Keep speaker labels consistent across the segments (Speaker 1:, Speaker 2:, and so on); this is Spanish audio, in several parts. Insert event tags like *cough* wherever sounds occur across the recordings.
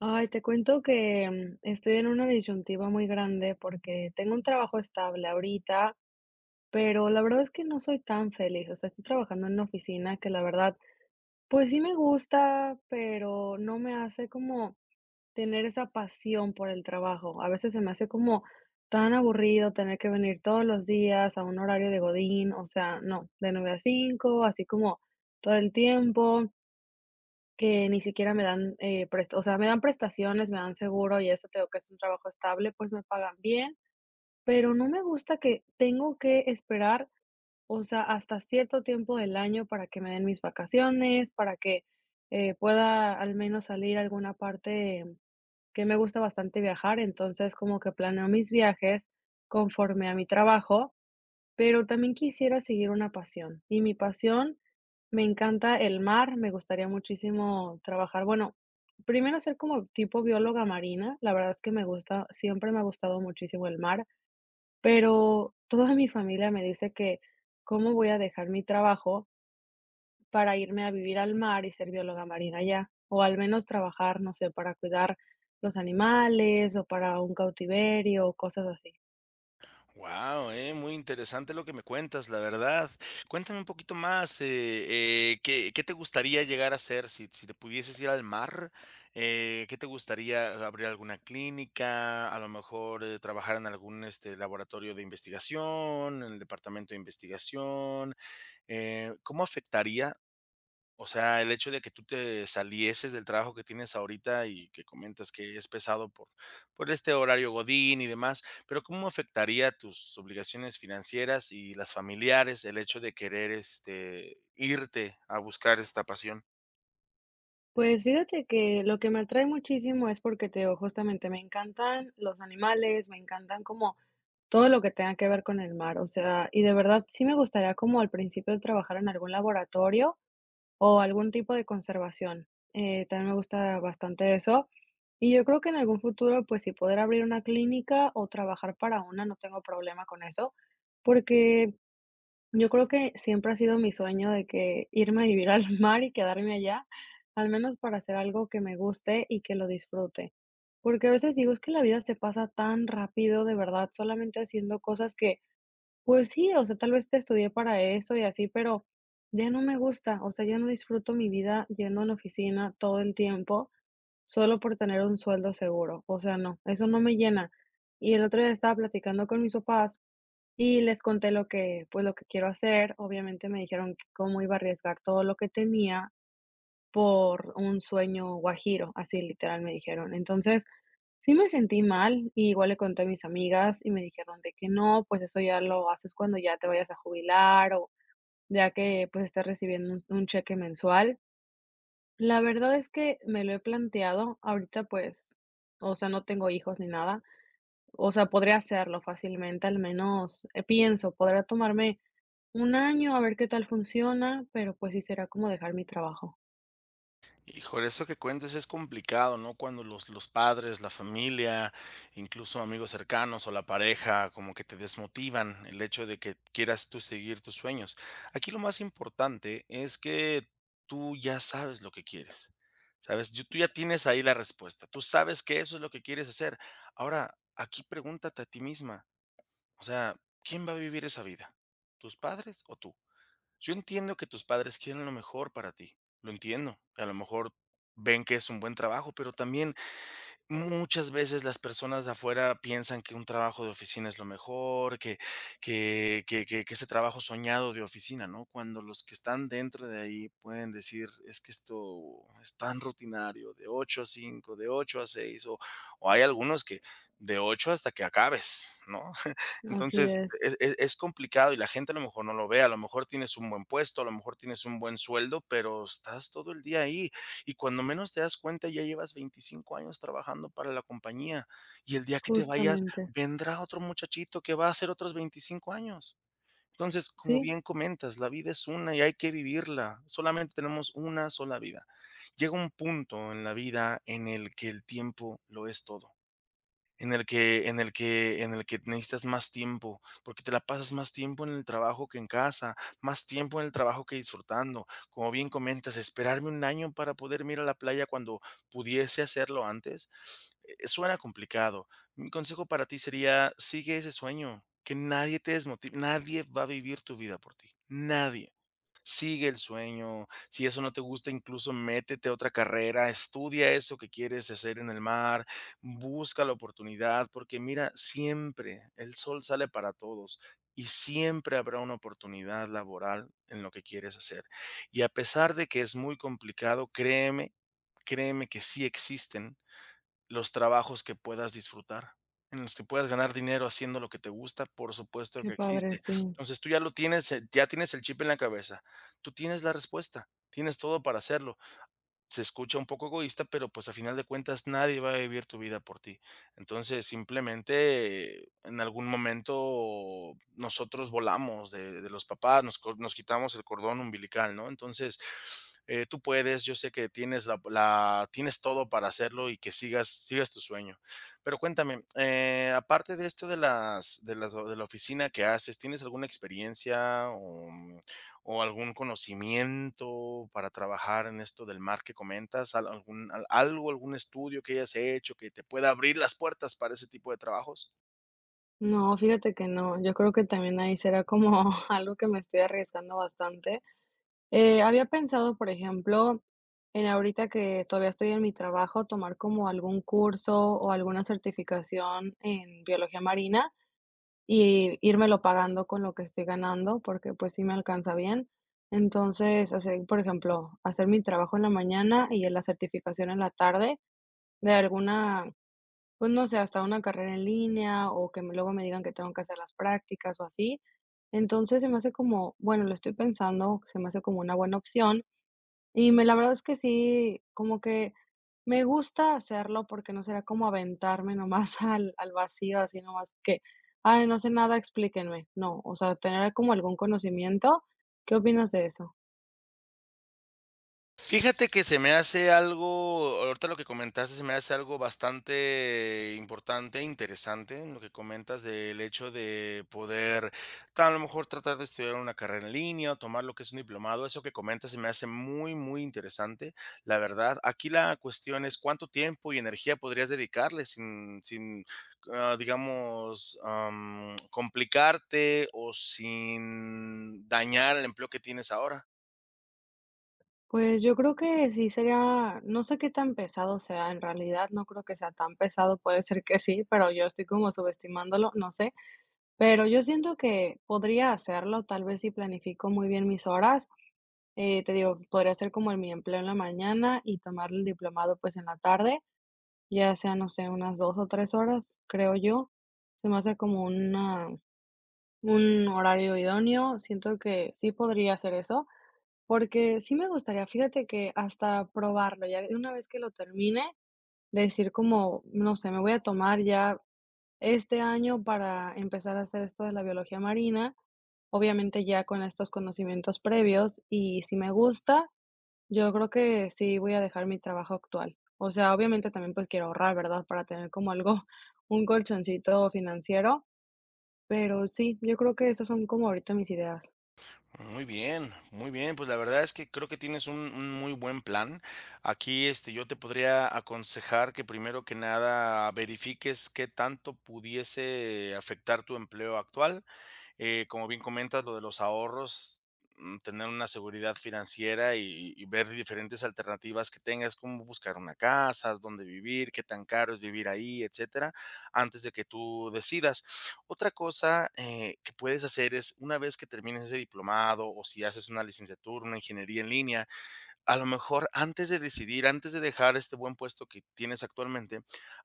Speaker 1: Ay, te cuento que, estoy en una disyuntiva muy grande porque tengo un trabajo estable ahorita, pero la verdad es que no soy tan feliz. O sea, estoy trabajando en una oficina que la verdad, pues sí me gusta, pero no me hace como tener esa pasión por el trabajo. A veces se me hace como tan aburrido tener que venir todos los días a un horario de godín, o sea, no, de 9 a 5, así como todo el tiempo. Que ni siquiera me dan, prest o sea, me dan prestaciones, me dan seguro y eso, tengo que es un trabajo estable, pues me pagan bien, pero no me gusta que tengo que esperar, o sea, hasta cierto tiempo del año para que me den mis vacaciones, para que, pueda al menos salir a alguna parte que me gusta bastante viajar. Entonces, como que planeo mis viajes conforme a mi trabajo, pero también quisiera seguir una pasión, y mi pasión, me encanta el mar, me gustaría muchísimo trabajar, bueno, primero ser como tipo bióloga marina, la verdad es que me gusta, siempre me ha gustado muchísimo el mar, pero toda mi familia me dice que cómo voy a dejar mi trabajo para irme a vivir al mar y ser bióloga marina allá, o al menos trabajar, no sé, para cuidar los animales o para un cautiverio o cosas así.
Speaker 2: Wow, muy interesante lo que me cuentas, la verdad. Cuéntame un poquito más, ¿qué te gustaría llegar a hacer si te pudieses ir al mar? ¿Qué te gustaría? ¿Abrir alguna clínica? A lo mejor trabajar en algún este, laboratorio de investigación, en el departamento de investigación. ¿Cómo afectaría, o sea, el hecho de que tú te salieses del trabajo que tienes ahorita y que comentas que es pesado por este horario godín y demás? Pero ¿cómo afectaría tus obligaciones financieras y las familiares el hecho de querer este, irte a buscar esta pasión?
Speaker 1: Pues fíjate que lo que me atrae muchísimo es porque te digo, justamente me encantan los animales, me encantan como todo lo que tenga que ver con el mar, o sea, y de verdad sí me gustaría como al principio trabajar en algún laboratorio o algún tipo de conservación. También me gusta bastante eso. Y yo creo que en algún futuro, pues si poder abrir una clínica o trabajar para una, no tengo problema con eso, porque yo creo que siempre ha sido mi sueño de que irme a vivir al *laughs* mar y quedarme allá, al menos para hacer algo que me guste y que lo disfrute. Porque a veces digo, es que la vida se pasa tan rápido, de verdad, solamente haciendo cosas que, pues sí, o sea, tal vez te estudié para eso y así, pero ya no me gusta, o sea, ya no disfruto mi vida yendo a una oficina todo el tiempo solo por tener un sueldo seguro, o sea, no, eso no me llena. Y el otro día estaba platicando con mis papás y les conté lo que, pues, lo que quiero hacer. Obviamente me dijeron que cómo iba a arriesgar todo lo que tenía por un sueño guajiro, así literal me dijeron. Entonces, sí me sentí mal, y igual le conté a mis amigas y me dijeron de que no, pues eso ya lo haces cuando ya te vayas a jubilar o ya que pues estés recibiendo un cheque mensual. La verdad es que me lo he planteado, ahorita pues, o sea, no tengo hijos ni nada, o sea, podría hacerlo fácilmente, al menos pienso, podría tomarme un año, a ver qué tal funciona, pero, pues, sí será como dejar mi trabajo.
Speaker 2: Híjole, eso que cuentes es complicado, ¿no? Cuando los padres, la familia, incluso amigos cercanos o la pareja, como que te desmotivan el hecho de que quieras tú seguir tus sueños. Aquí lo más importante es que tú ya sabes lo que quieres, ¿sabes? Tú ya tienes ahí la respuesta, tú sabes que eso es lo que quieres hacer. Ahora, aquí pregúntate a ti misma, o sea, ¿quién va a vivir esa vida? ¿Tus padres o tú? Yo entiendo que tus padres quieren lo mejor para ti, lo entiendo. A lo mejor ven que es un buen trabajo, pero también muchas veces las personas de afuera piensan que un trabajo de oficina es lo mejor, que ese trabajo soñado de oficina, ¿no? Cuando los que están dentro de ahí pueden decir: "Es que esto es tan rutinario, de 8 a 5, de 8 a 6, o hay algunos que de 8 hasta que acabes, ¿no?".
Speaker 1: Así
Speaker 2: Entonces,
Speaker 1: es,
Speaker 2: es complicado y la gente a lo mejor no lo ve, a lo mejor tienes un buen puesto, a lo mejor tienes un buen sueldo, pero estás todo el día ahí, y cuando menos te das cuenta, ya llevas 25 años trabajando para la compañía, y el día que te vayas,
Speaker 1: justamente.
Speaker 2: vendrá otro muchachito que va a hacer otros 25 años. Entonces, como
Speaker 1: Sí,
Speaker 2: bien comentas, la vida es una y hay que vivirla, solamente tenemos una sola vida. Llega un punto en la vida en el que el tiempo lo es todo. En el que en el que en el que necesitas más tiempo, porque te la pasas más tiempo en el trabajo que en casa, más tiempo en el trabajo que disfrutando. Como bien comentas, esperarme un año para poder ir a la playa cuando pudiese hacerlo antes, suena complicado. Mi consejo para ti sería: sigue ese sueño, que nadie te desmotive, nadie va a vivir tu vida por ti, nadie. Sigue el sueño. Si eso no te gusta, incluso métete a otra carrera, estudia eso que quieres hacer en el mar, busca la oportunidad, porque mira, siempre el sol sale para todos y siempre habrá una oportunidad laboral en lo que quieres hacer. Y a pesar de que es muy complicado, créeme, créeme que sí existen los trabajos que puedas disfrutar, en los que puedas ganar dinero haciendo lo que te gusta, por supuesto
Speaker 1: qué
Speaker 2: que
Speaker 1: padre,
Speaker 2: existe.
Speaker 1: sí.
Speaker 2: Entonces, tú ya lo tienes, ya tienes el chip en la cabeza. Tú tienes la respuesta, tienes todo para hacerlo. Se escucha un poco egoísta, pero pues a final de cuentas nadie va a vivir tu vida por ti. Entonces, simplemente en algún momento nosotros volamos de los papás, nos quitamos el cordón umbilical, ¿no? Entonces, tú puedes, yo sé que tienes, tienes todo para hacerlo y que sigas tu sueño. Pero cuéntame, aparte de esto de de la oficina que haces, ¿tienes alguna experiencia o algún conocimiento para trabajar en esto del mar que comentas? ¿Algún, algo, algún estudio que hayas hecho que te pueda abrir las puertas para ese tipo de trabajos?
Speaker 1: No, fíjate que no, yo creo que también ahí será como *laughs* algo que me estoy arriesgando bastante. Había pensado, por ejemplo, en ahorita que todavía estoy en mi trabajo, tomar como algún curso o alguna certificación en biología marina, y írmelo pagando con lo que estoy ganando, porque, pues, sí me alcanza bien. Entonces, hacer, por ejemplo, hacer mi trabajo en la mañana y la certificación en la tarde de alguna, pues, no sé, hasta una carrera en línea o que me- luego me digan que tengo que hacer las prácticas o así. Entonces, se me hace como, bueno, lo estoy pensando, se me hace como una buena opción y me la verdad es que sí, como que me gusta hacerlo porque no será como aventarme nomás *laughs* al vacío, así nomás que: "Ay, no sé nada, explíquenme". No, o sea, tener como algún conocimiento. ¿Qué opinas de eso?
Speaker 2: Fíjate que se me hace algo, ahorita lo que comentaste se me hace algo bastante importante, interesante, lo que comentas del hecho de poder, a lo mejor tratar de estudiar una carrera en línea o tomar lo que es un diplomado, eso que comentas se me hace muy, muy interesante, la verdad. Aquí la cuestión es cuánto tiempo y energía podrías dedicarle sin digamos, complicarte o sin dañar el empleo que tienes ahora.
Speaker 1: Pues yo creo que sí sería no sé qué tan pesado sea, en realidad no creo que sea tan pesado, puede ser que sí, pero yo estoy como subestimándolo, no sé, pero yo siento que podría hacerlo, tal vez si planifico muy bien mis horas. Te digo, podría ser como en mi empleo en la mañana y tomar el diplomado, pues, en la tarde, ya sea, no sé, unas 2 o 3 horas, creo yo. Se me hace como una un horario idóneo, siento que sí podría hacer eso, porque sí me gustaría, fíjate que hasta probarlo, ya de una vez que lo termine, decir como, no sé, me voy a tomar ya este año para empezar a hacer esto de la biología marina, obviamente ya con estos conocimientos previos, y si me gusta, yo creo que sí voy a dejar mi trabajo actual. O sea, obviamente también, pues, quiero ahorrar, ¿verdad? Para tener como algo, *laughs* un colchoncito financiero, pero sí, yo creo que esas son como ahorita mis ideas.
Speaker 2: Muy bien, muy bien. Pues la verdad es que creo que tienes un muy buen plan. Aquí, este, yo te podría aconsejar que primero que nada verifiques qué tanto pudiese afectar tu empleo actual. Como bien comentas, lo de los ahorros, tener una seguridad financiera y ver diferentes alternativas que tengas, como buscar una casa, dónde vivir, qué tan caro es vivir ahí, etcétera, antes de que tú decidas. Otra cosa que puedes hacer es, una vez que termines ese diplomado o si haces una licenciatura, una ingeniería en línea, a lo mejor antes de decidir, antes de dejar este buen puesto que tienes actualmente,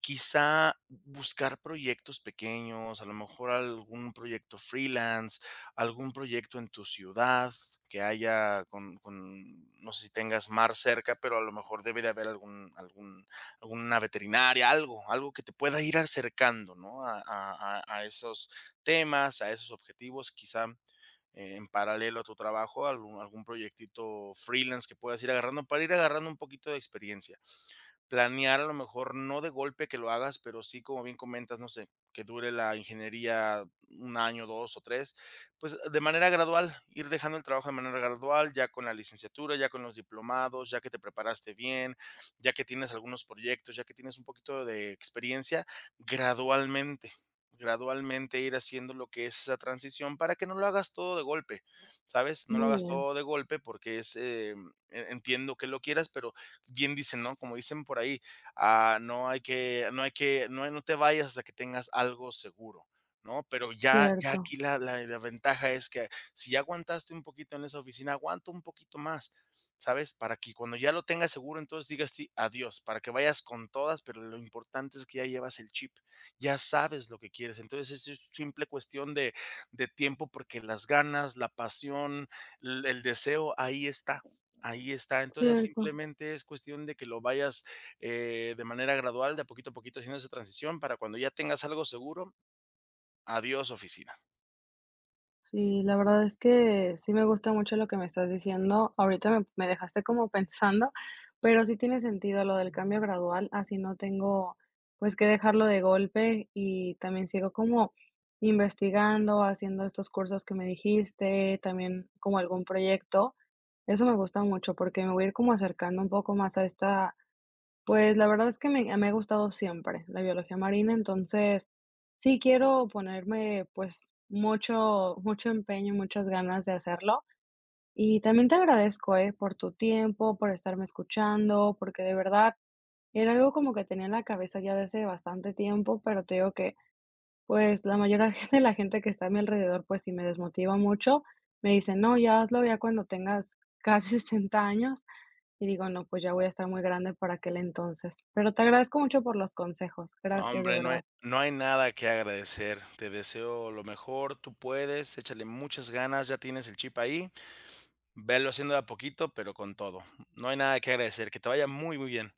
Speaker 2: quizá buscar proyectos pequeños, a lo mejor algún proyecto freelance, algún proyecto en tu ciudad que haya con no sé si tengas mar cerca, pero a lo mejor debe de haber algún alguna veterinaria, algo que te pueda ir acercando, ¿no? A esos temas, a esos objetivos, quizá en paralelo a tu trabajo, algún proyectito freelance que puedas ir agarrando para ir agarrando un poquito de experiencia, planear a lo mejor, no de golpe que lo hagas, pero sí, como bien comentas, no sé, que dure la ingeniería un año, 2 o tres, pues, de manera gradual, ir dejando el trabajo de manera gradual, ya con la licenciatura, ya con los diplomados, ya que te preparaste bien, ya que tienes algunos proyectos, ya que tienes un poquito de experiencia, gradualmente, gradualmente ir haciendo lo que es esa transición para que no lo hagas todo de golpe, ¿sabes? No lo
Speaker 1: Muy
Speaker 2: hagas
Speaker 1: bien,
Speaker 2: todo de golpe porque es, entiendo que lo quieras, pero bien dicen, ¿no? Como dicen por ahí, no hay que, no hay que, no te vayas hasta que tengas algo seguro, ¿no? Pero ya, ya
Speaker 1: cierto,
Speaker 2: aquí la ventaja es que si ya aguantaste un poquito en esa oficina, aguanta un poquito más, ¿sabes? Para que cuando ya lo tengas seguro, entonces digas sí, adiós, para que vayas con todas, pero lo importante es que ya llevas el chip, ya sabes lo que quieres. Entonces es simple cuestión de tiempo, porque las ganas, la pasión, el deseo ahí está. Ahí está. Entonces, ya
Speaker 1: cierto.
Speaker 2: simplemente es cuestión de que lo vayas, de manera gradual, de a poquito haciendo esa transición para cuando ya tengas algo seguro, adiós oficina.
Speaker 1: Sí, la verdad es que sí me gusta mucho lo que me estás diciendo. Ahorita me, me dejaste como pensando, pero sí tiene sentido lo del cambio gradual, así no tengo pues que dejarlo de golpe y también sigo como investigando, haciendo estos cursos que me dijiste, también como algún proyecto. Eso me gusta mucho porque me voy a ir como acercando un poco más a esta pues, la verdad es que me ha gustado siempre la biología marina, entonces, sí quiero ponerme, pues, mucho mucho empeño, muchas ganas de hacerlo. Y también te agradezco, por tu tiempo, por estarme escuchando, porque de verdad era algo como que tenía en la cabeza ya desde bastante tiempo, pero te digo que pues, la mayoría *laughs* de la gente que está a mi alrededor, pues, sí me desmotiva mucho. Me dicen: "No, ya hazlo ya cuando tengas *laughs* casi 60 años", y digo: "No, pues, ya voy a estar muy grande para aquel entonces". Pero te agradezco mucho por los consejos.
Speaker 2: No,
Speaker 1: Gracias, de
Speaker 2: hombre,
Speaker 1: verdad.
Speaker 2: no hay nada que agradecer. Te deseo lo mejor, tú puedes, échale muchas ganas, ya tienes el chip ahí, velo haciendo de a poquito, pero con todo. No hay nada que agradecer. Que te vaya muy, muy bien.